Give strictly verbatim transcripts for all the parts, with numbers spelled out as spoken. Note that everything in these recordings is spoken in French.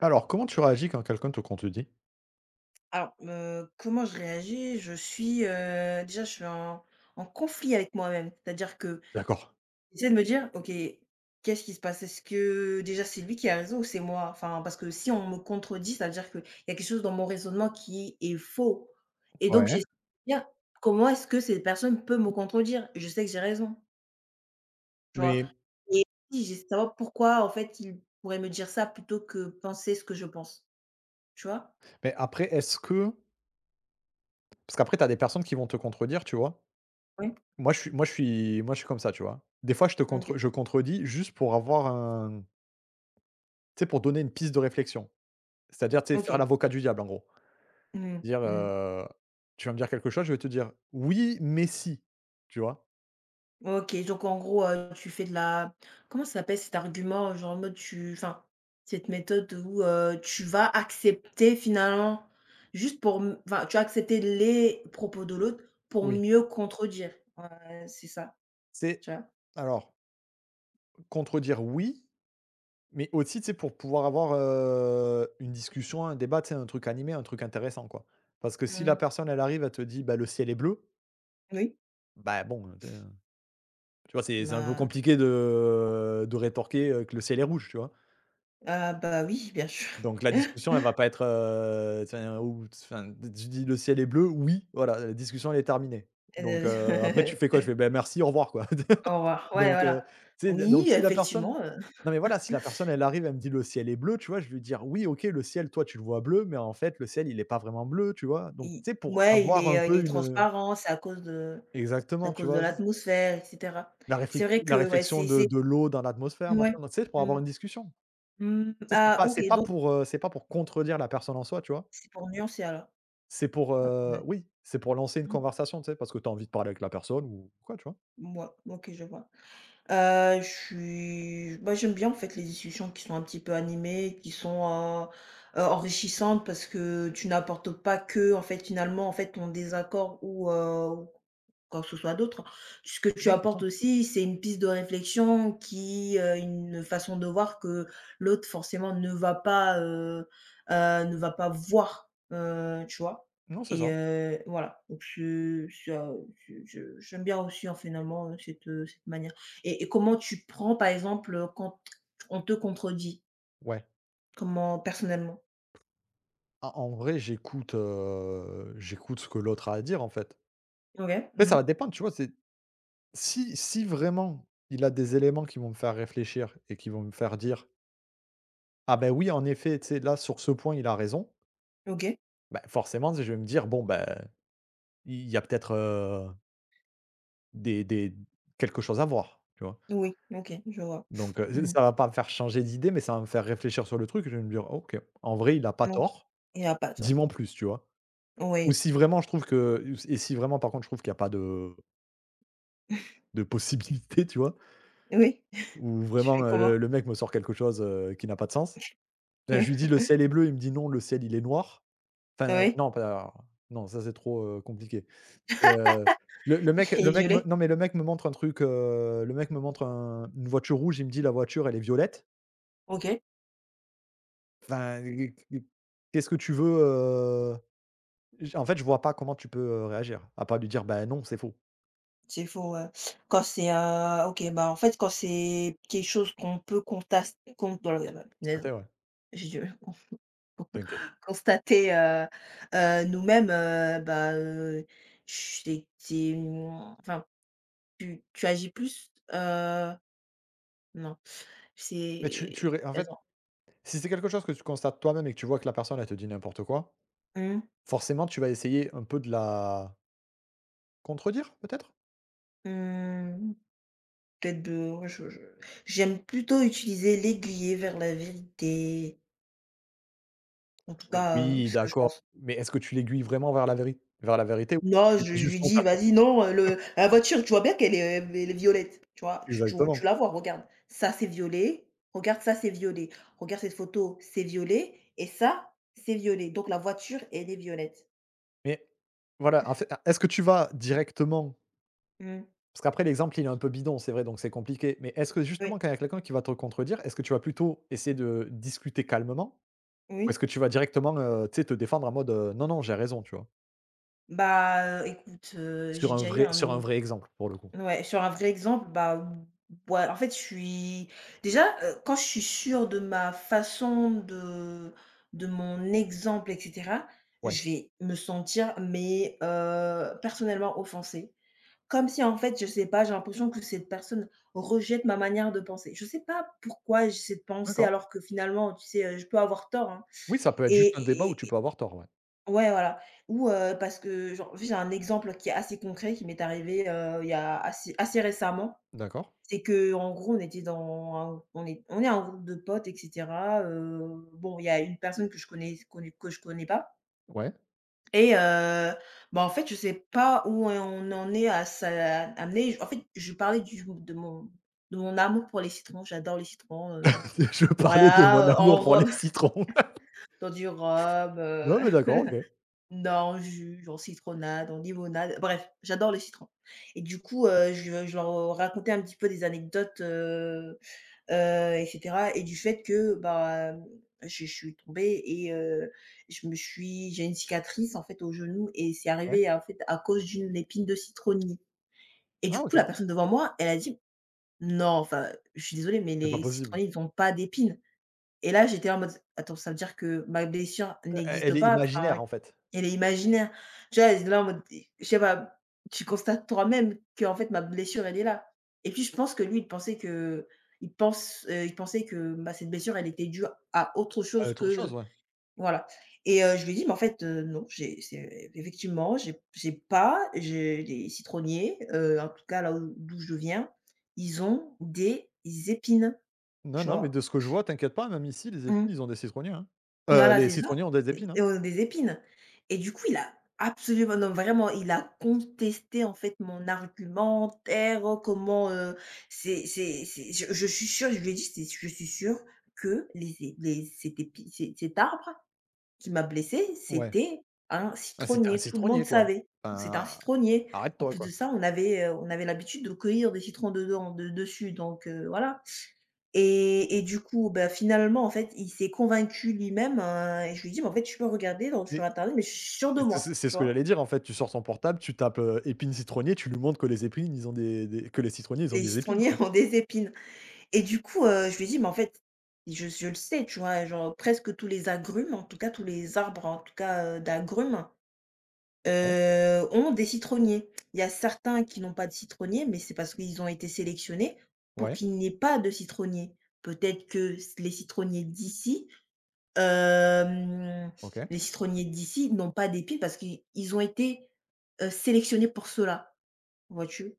Alors, comment tu réagis quand quelqu'un te contredit? Alors, heu, comment je réagis? Je suis, heu, déjà je suis en en conflit avec moi-même. C'est-à-dire que D'accord. j'essaie de me dire: «OK, qu'est-ce qui se passe? Est-ce que déjà c'est lui qui a raison ou c'est moi?» enfin, parce que si on me contredit, ça veut dire qu'il y a quelque chose dans mon raisonnement qui est faux et donc Ouais. j'essaie de me dire: «Comment est-ce que cette personne peut me contredire? Je sais que j'ai raison», tu vois? Mais Et aussi j'essaie de savoir pourquoi en fait il pourrait me dire ça plutôt que penser ce que je pense, tu vois? mais après, est-ce que parce qu'après tu as des personnes qui vont te contredire, tu vois? Oui? Moi, je suis moi, je suis moi, je suis comme ça, tu vois? Des fois, je te contre OK. je contredis juste pour avoir un, tu sais, pour donner une piste de réflexion. C'est-à-dire, tu sais, faire OK. l'avocat du diable, en gros. Mmh Dire, mh. Mmh. heu: «Tu vas me dire quelque chose?» Je vais te dire: «Oui, mais si». Tu vois? OK, donc en gros, heu, tu fais de la comment ça s'appelle cet argument, genre en mode tu enfin, Cette méthode où, heu, tu vas accepter finalement juste pour m enfin, tu vas accepter les propos de l'autre pour Oui. mieux contredire. Ouais, c'est ça, C'est tu vois? Alors, contredire «oui». Mais aussi, tu sais, pour pouvoir avoir, heu, une discussion, un débat, tu sais, un truc animé, un truc intéressant, quoi. Parce que si la Mmh. personne, elle arrive, elle te dit: «Bah, le ciel est bleu», Oui, bah, bon, tu sais, tu vois, c'est c'est un peu bah, compliqué de de rétorquer, heu, que le ciel est rouge, tu vois? ah bah, oui, bien sûr. Donc la discussion, elle va pas être, heu, enfin, ou enfin, tu dis: «Le ciel est bleu», oui, voilà, la discussion, elle est terminée. Donc heu, après tu Heu, fais quoi? Je fais: «Bah, merci, au revoir», quoi. au revoir. Ouais, Donc, heu, voilà. tu sais, donc Oui, si la personne effectivement, heu, non mais voilà, si la personne elle arrive, elle me dit: «Le ciel est bleu», tu vois? Je vais lui dire: «Oui, OK, le ciel, toi, tu le vois bleu, mais en fait, le ciel, il est pas vraiment bleu», tu vois? Donc, i tu sais, pour ouais, il avoir est, un heu, il peu est une, transparent, c'est à cause de c'est à exactement, tu cause de vois? l'atmosphère et cetera. la C'est réflex vrai la que ouais, réflexion c'est de de l'eau dans l'atmosphère, ouais. machin, donc tu sais, pour avoir Mmh. une discussion. Mmh. Tu sais, c'est Ah pas OK, c'est pas donc pour, heu, c'est pas pour contredire la personne en soi, tu vois? c'est pour nuancer alors, C'est pour, à ton heu avis. oui, c'est pour lancer une Mmh. conversation, tu sais, parce que tu as envie de parler avec la personne ou quoi, tu vois? Ouais, OK, je vois. Heu, je suis bah, j'aime bien en fait les discussions qui sont un petit peu animées, qui sont, heu heu, enrichissantes parce que tu n'apportes pas que, en fait, finalement, en fait, ton désaccord ou quoi que ce soit d'autre. Ce que tu Non, c'est ça. apportes aussi, c'est une piste de réflexion qui, heu, une façon de voir que l'autre forcément ne va pas, heu heu, ne va pas voir, heu, tu vois? Non, c'est Et ça. heu, voilà, donc je ça je je j'aime bien aussi, hein, finalement, heu, cette, heu, cette manière. Et et comment tu prends, par exemple, quand on te contredit? Ouais. Comment personnellement? Ah, en vrai, j'écoute, heu, j'écoute ce que l'autre a à dire, en fait. OK. Mais ça Mmh. va dépendre, tu vois? C'est si si vraiment il a des éléments qui vont me faire réfléchir et qui vont me faire dire: «Ah ben oui, en effet, tu sais, là, sur ce point, il a raison», OK. ben forcément, je vais me dire: «Bon, ben il y a peut-être, heu, des des quelque chose à voir», tu vois? Oui, OK, je vois. Donc Mmh heu, mh. ça va pas me faire changer d'idée, mais ça va me faire réfléchir sur le truc et je vais me dire: «OK, en vrai, il a pas Mmh tort, et à pas toi. dis-moi en plus», tu vois? Ou Oui, si vraiment je trouve que et si vraiment, par contre, je trouve qu'il y a pas de de possibilités, tu vois? oui. Où Tu vraiment, fais heu, comment? le le mec me sort quelque chose, heu, qui n'a pas de sens. Enfin, je lui dis: «Le ciel est bleu», il me dit: «Non, le ciel, il est noir». Heu, Enfin, oui, non, pas non, ça, c'est trop, heu, compliqué. Et heu, le le mec il le est mec me violet? non, mais le mec me montre un truc, heu, le mec me montre un une voiture rouge, il me dit: «La voiture, elle est violette». OK, Enfin, qu'est-ce que tu veux, heu? J En fait, je vois pas comment tu peux, heu, réagir, à part lui dire: «Bah, non, c'est faux». c'est faux, heu, quand c'est, heu, OK, bah, en fait, quand c'est quelque chose qu'on peut contas con Ça punaise, t'est Ouais, j'ai du mal. t'inquiète. Constater, heu heu, nous-mêmes, heu, bah, heu, c'est c'est, mmh, enfin, tu tu agis plus, heu, non, Mais tu c'est tu ré en fait, attends, si c'est quelque chose que tu constates toi-même et que tu vois que la personne, elle te dit n'importe quoi, mmh, forcément, tu vas essayer un peu de la contredire, peut-être? mmh, peut-être de je je j'aime plutôt utiliser l'aiguiller vers la vérité, en tout cas, heu, Oui, ce que je d'accord, pense. mais est-ce que tu l'aiguilles vraiment vers la vérité, vers la vérité ou tu Non, lui je je dis juste: lui «Non, dis: tu «Vas-y, tort»? non, heu, le la voiture, tu vois bien qu'elle est, euh, elle est violette, tu vois? Tu tu tu Exactement, la vois, regarde. Ça, c'est violet, regarde, ça, c'est violet. Regarde cette photo, c'est violet et ça, c'est violet. Donc la voiture, elle est violette». mais voilà, en fait, est-ce que tu vas directement Mmh. parce qu'après l'exemple, il est un peu bidon, c'est vrai, donc c'est compliqué, mais est-ce que Oui, justement quand il y a quelqu'un qui va te contredire, est-ce que tu vas plutôt essayer de discuter calmement? Ou oui. est-ce que tu vas directement, heu, tu sais, te défendre en mode, heu: «Non, non, j'ai raison», tu vois? Bah, heu, écoute, heu, j'ai Sur un déjà eu vrai sur un un vrai exemple, pour le coup. ouais, sur un vrai exemple, bah, m ouais, en fait, je suis déjà, heu, quand je suis sûre de ma façon de de mon exemple et cetera, Ouais, je vais me sentir mais heu, personnellement offensée. Comme si, en fait, je sais pas, j'ai l'impression que cette personne rejette ma manière de penser. Je sais pas pourquoi j'ai cette pensée d'accord. alors que finalement, tu sais, heu, je peux avoir tort, hein Oui, ça peut être et juste un débat où et tu et peux avoir tort, ouais. ouais, voilà. Ou heu, parce que genre, j'ai un exemple qui est assez concret qui m'est arrivé, heu, il y a assez assez récemment. D'accord, C'est que en gros, on était dans un on est on est un groupe de potes et cetera, heu, bon, il y a une personne que je connais connu que je connais pas ouais. et heu, bah, en fait, je sais pas où on en est à ça amener. En fait, je parlais du de mon de mon amour pour les citrons, j'adore les citrons, heu, Je parlais de mon voilà, heu, amour en pour les robe, citrons. dans du rhum, heu, Non, mais d'accord, OK. dans jus, en citronnade, en limonade, bref, j'adore les citrons et du coup, heu, je je leur racontais un petit peu des anecdotes, euh, heu et cetera et du fait que, bah, je je suis tombée et heu, je me suis j'ai une cicatrice, en fait, au genou et c'est Ouais. arrivé, en fait, à cause d'une épine de citronnier et du Ah coup, OK. la personne devant moi, elle a dit: «Non, enfin, je suis désolée, mais C'est pas les possible. citronniers, ils ont pas d'épines». Et là, j'étais en mode: «Attends, ça veut dire que ma blessure E n'existe Elle est pas? imaginaire, Enfin, en fait. elle est imaginaire». Tu vois? Là en mode je sais pas, tu constates toi-même que en fait ma blessure, elle est là. Et puis je pense que lui, il pensait que il pense, heu, il pensait que, bah, cette blessure, elle était due à autre Ah, chose autre chose, que ouais. voilà. Et heu, je lui ai dit: «Mais en fait, heu, non, j'ai c'est effectivement, j'ai j'ai pas j'ai les citronniers, heu, en tout cas là où d'où je viens, ils ont des épines». Non, Tu non, mais de vois? ce que je vois, t'inquiète pas, même ici, les épines, Mmh. ils ont des citronniers, hein. Heu, Voilà, Les c'est ça. citronniers ont des épines, hein. Et au des épines et du coup, il a absolument non, vraiment, il a contesté, en fait, mon argumentaire, oh, comment, heu, c'est c'est c'est je je suis sûre, je lui ai dit: «C'est je suis sûre que les é les cet épi c cet arbre qui m'a blessée, Ouais. c'était un Ah, c'était un citronnier, tout le citronnier, monde quoi. savait. C'était un Enfin, citronnier. En arrête-toi, plus de quoi. ça, on avait, heu, on avait l'habitude de cueillir des citrons dedans de dessus donc heu, voilà». Et et du coup, bah, finalement, en fait, il s'est convaincu lui-même, heu et je lui dis: «Mais en fait, tu peux regarder dans sur Mais internet, mais je suis sûre de c'est c'est moi», c'est tu ce que vois? j'allais dire, en fait. Tu sors ton portable, tu tapes, heu, épines citronnier, tu lui montres que les épines, ils ont des des que les citronniers, ils ont Les des épines, citronniers quoi. ont des épines et du coup, heu, je lui dis: «Mais en fait, je je le sais, tu vois? Genre presque tous les agrumes, en tout cas tous les arbres, en tout cas, heu, d'agrumes, Ouais, heu, ont des citronniers. Il y a certains qui n'ont pas de citronniers, mais c'est parce qu'ils ont été sélectionnés pour ouais, qu'il n'y ait pas de citronniers. Peut-être que les citronniers d'ici Hem, OK. les citronniers d'ici n'ont pas d'épines parce qu'ils ils ont été, heu, sélectionnés pour cela, vois-tu?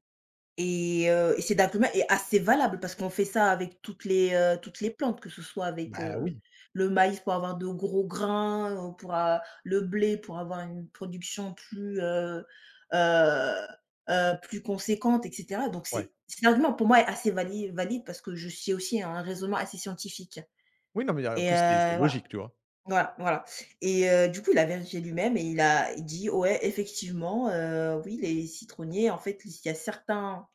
Et heu, et cet argument est assez valable parce qu'on fait ça avec toutes les, heu, toutes les plantes, que ce soit Mmh. avec, Bah, heu, oui, le maïs pour avoir de gros grains, heu, pour a le blé pour avoir une production plus, heu heu heu, plus conséquente et cetera. Donc ouais. c'est cet argument pour moi est assez valide valide parce que je suis aussi un raisonnement assez scientifique Oui, non, mais, heu, en et plus, c'est c'est heu, voilà. logique, tu vois? Voilà, voilà et heu, du coup, il a vérifié lui-même et il a dit: «Ouais, effectivement, heu, oui, les citronniers, en fait, il y a certains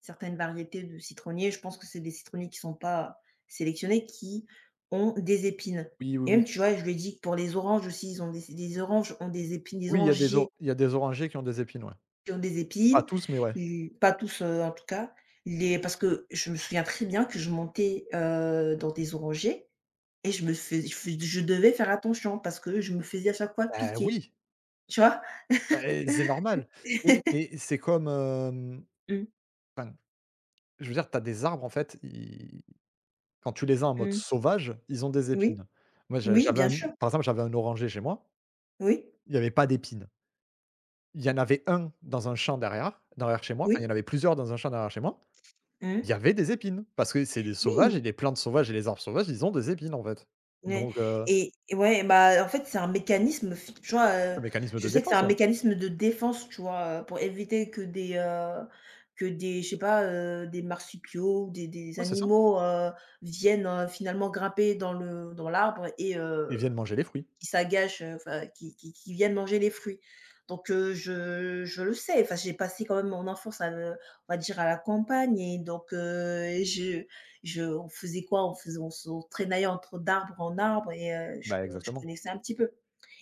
certaines variétés de citronniers, je pense que c'est des citronniers qui sont pas sélectionnés, qui ont des épines» Oui, oui, et oui. même, tu vois, je lui ai dit que pour les oranges aussi, ils ont des les oranges ont des épines, les Oui, il y a des orangiers or il y a des orangers qui ont des épines, ouais. qui ont des Pas épines, tous, mais ouais. l pas tous, heu, en tout cas, les parce que je me souviens très bien que je montais, heu, dans des orangers et je me fais je fais je devais faire attention parce que je me faisais à chaque fois Bah, piquer, oui, tu vois? bah, et c'est normal. Mais mais c'est comme, hem, Mmh. enfin, je veux dire, tu as des arbres, en fait, ils quand tu les as en mode Mmh. sauvage, ils ont des Oui, épines. Moi, j'a oui, j'avais bien un, sûr. par exemple, j'avais un oranger chez moi, Oui, il y avait pas d'épines. Il y en avait un dans un champ derrière derrière chez moi, enfin, il y en oui. avait plusieurs dans un champ derrière chez moi, il Mmh. y avait des épines parce que c'est des sauvages Oui. et les plantes sauvages et les arbres sauvages, ils ont des épines, en fait. Ouais Donc heu, et et ouais, bah, en fait, c'est un mécanisme f tu vois, un heu, mécanisme je de sais que c'est défense, un ouais. mécanisme de défense, tu vois, heu, pour éviter que des, heu, que des je sais pas, heu, des marsupiaux ou des des Ouais, c'est ça. animaux, heu, viennent, heu, finalement grimper dans le dans l'arbre et Ils heu, viennent manger les fruits. qui s'agachent, heu, enfin qui qui qui viennent manger les fruits. Donc heu, je je le sais, enfin, j'ai passé quand même mon enfance à, heu, on va dire à la campagne et donc heu, je je on faisait quoi? On faisait on s'entraînait entre d'arbre en arbre et heu, je Bah, je exactement. connaissais un petit peu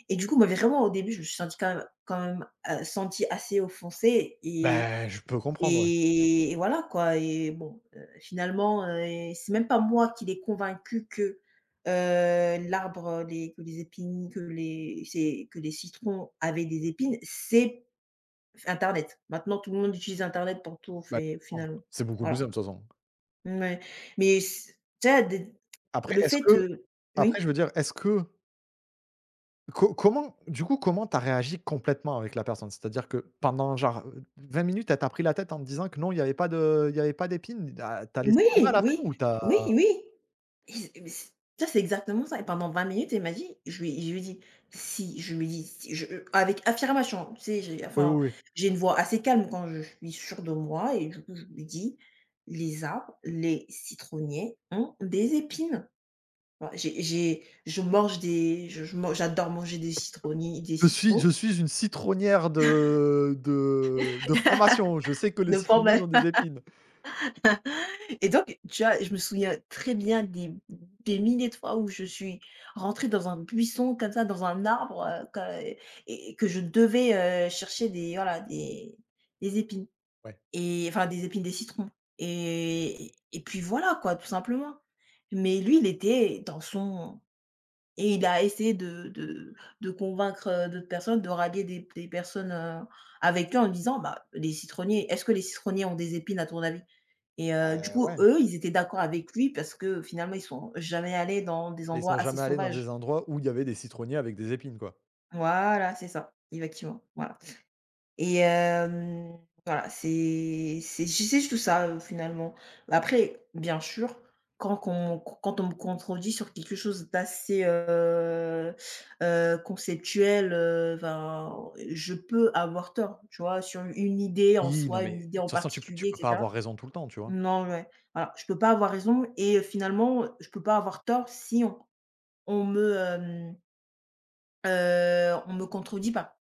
et du coup, bah, vraiment au début, je me suis sentie quand même quand même, heu, sentie assez offensée et Bah, je peux comprendre, ouais. et et voilà quoi et bon, heu, finalement, heu, c'est même pas moi qui l'ai convaincu que, heu, l'arbre, les que les épines, que les c'est que les citrons avaient des épines, c'est Internet. Maintenant, tout le monde utilise Internet pour tout Bah, je fait comprends. finalement. C'est beaucoup plus simple, Voilà. de toute façon. Ouais, mais c tu sais, des Après, le est-ce fait, que heu après, oui, je veux dire, est-ce que co comment du coup, comment t'as réagi complètement avec la personne? C'est-à-dire que pendant genre, vingt minutes, elle t'a pris la tête en te disant que non, il y avait pas de il y avait pas d'épines, ah, tu laissé tomber à oui, la fin oui, ou t'as oui, oui. Et mais c tu c'est exactement ça et pendant vingt minutes, elle m'a dit je lui je lui ai «Si» je lui dis, «Si» je euh, avec affirmation, tu sais, j'ai oui, enfin, oui, oui. j'ai une voix assez calme quand je suis sûre de moi et du coup, je lui dis: «Les arbres, les citronniers ont des épines». Voilà, j'ai j'ai je mange des je je man j'adore manger des citronniers des Je suis citrons je suis une citronnière de de de formation, je sais que les de citronniers forme. ont des épines. Et donc, tu vois, je me souviens très bien des des milliers de fois où je suis rentrée dans un buisson comme ça, dans un arbre, heu, que et et que je devais, heu, chercher des voilà, des des épines Ouais, et enfin des épines, des citrons et et puis voilà quoi, tout simplement. Mais lui, il était dans son et il a essayé de de de convaincre, heu, d'autres personnes, de rallier des des personnes, heu, avec lui en disant: «Bah, les citronniers est-ce que les citronniers ont des épines à ton avis?» Et heu, du bah, coup, ouais, eux, ils étaient d'accord avec lui parce que finalement, ils sont jamais allés dans des mais ils endroits sont assez jamais allés dans sauvages. des endroits où il y avait des citronniers avec des épines, quoi. Voilà, c'est ça, effectivement, voilà. Et hem, voilà, c'est c'est ju c'est juste ça, heu, finalement. Après, bien sûr, quand on quand on me contredit sur quelque chose d'assez, heu heu, conceptuel, heu, enfin, je peux avoir tort, tu vois? Sur une idée en Oui, non, soi, une mais de idée toute en façon, tu peux tu particulier et peux pas avoir cetera. raison tout le temps, tu vois? Non, ouais. Alors, je peux pas avoir raison et heu, finalement, je peux pas avoir tort si on on me, hem, heu, on me contredit pas.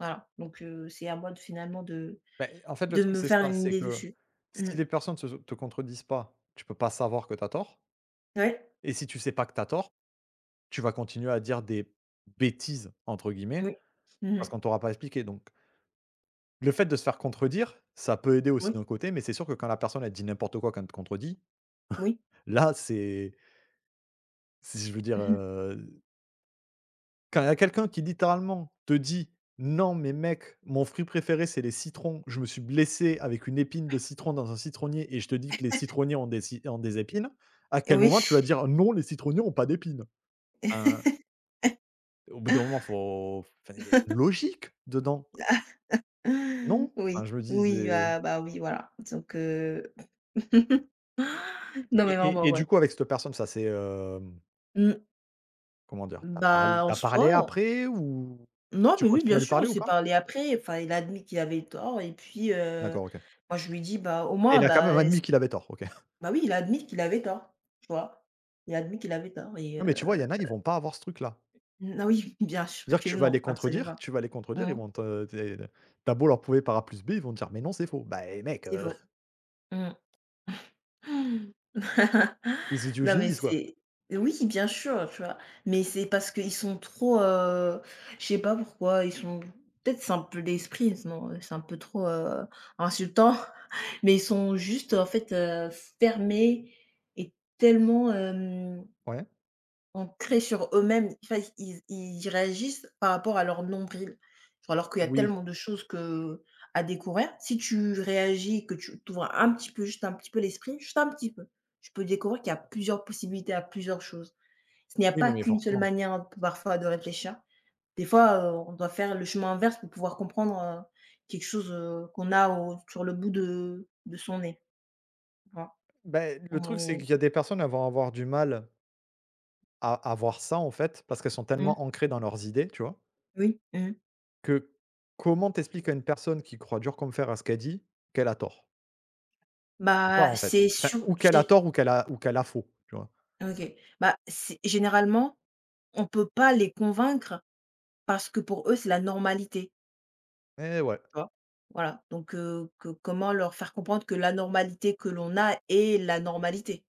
Voilà, donc heu, c'est à moi de finalement de Beh, en fait, le de truc, me c'est faire ça, une c'est idée que dessus. Mmh. si les personnes se te contredisent pas, tu peux pas savoir que tu as tort Ouais, et si tu sais pas que tu as tort, tu vas continuer à dire des «bêtises» entre guillemets oui. parce Mmh. qu'on t'aura pas expliqué donc le fait de se faire contredire, ça peut aider aussi Oui, d'un côté, mais c'est sûr que quand la personne, elle dit n'importe quoi quand elle te contredit, oui. là, c'est si je veux dire, Mmh. euh, quand il y a quelqu'un qui littéralement te dit: «Non, mais mec, mon fruit préféré, c'est les citrons. Je me suis blessé avec une épine de citron dans un citronnier et je te dis que les citronniers ont des ci ont des épines», à quel Oui. moment tu vas dire: «Non, les citronniers ont pas d'épines»? Enfin, au bout d'un moment, faut enfin, il y a une logique dedans, non? Enfin, Oui, je me dis, oui, c'est bah bah oui, voilà, donc heu, non mais et et vraiment, et du ouais. coup, avec cette personne, ça c'est hem, Mmh, comment dire? T'as parlé bah, en tu parlé soi après ou non, tu mais oui, continues bien à lui sûr, on parler ou s'est pas? parlé après. Enfin, il a admis qu'il avait tort et puis, heu, D'accord, OK. moi, je lui dis «Bah, au Et moins, il a quand bah, même admis s» qu'il avait tort, OK. bah, oui, il a admis qu'il avait tort, tu vois? Il a admis qu'il avait tort et Non, mais tu vois, il heu, y en a, ils vont pas avoir ce truc-là. ah oui, bien sûr Dire que que tu vas les non, contredire, absolument. tu vas les contredire, ils Mmh, vont te t'es tu as beau leur prouver par A plus B, ils vont te dire: «Mais non, c'est faux». Bah, eh mec, c'est heu, faux. Mmh. les idiots Non, mais génisent, quoi. c'est oui, bien sûr, tu vois? Mais c'est parce qu'ils sont trop, heu, je sais pas pourquoi, ils sont peut-être c'est un peu l'esprit, non c'est un peu trop, heu, insultant, mais ils sont juste, en fait, heu, fermés et tellement, hem Ouais. ancrés sur eux-mêmes, enfin, ils ils réagissent par rapport à leur nombril. Genre alors qu'il y a Oui, tellement de choses que à découvrir. Si tu réagis que tu t'ouvres un petit peu, juste un petit peu l'esprit, juste un petit peu, tu peux découvrir qu'il y a plusieurs possibilités, à plusieurs choses. Il n'y a oui, non, pas mais qu'une seule forcément. manière parfois de réfléchir. Des fois, heu, on doit faire le chemin inverse pour pouvoir comprendre, heu, quelque chose, heu, qu'on a au sur le bout de de son nez, tu Ben, le On truc, c'est est qu'il y a des personnes, elles vont avoir du mal à à voir ça, en fait, parce qu'elles sont mmh, tellement ancrées dans leurs idées, tu vois? oui, mmh. Que comment tu expliques à une personne qui croit dur comme fer à ce qu'elle dit, qu'elle a tort? Tu peux pas, Bah, en fait. c'est Enfin, sûr ou qu'elle a tort ou qu'elle a ou qu'elle a faux, tu vois? OK. Bah, c'est généralement, on peut pas les convaincre parce que pour eux, c'est la normalité, Eh ouais. tu vois? Voilà, donc heu, que comment leur faire comprendre que la normalité que l'on a est la normalité?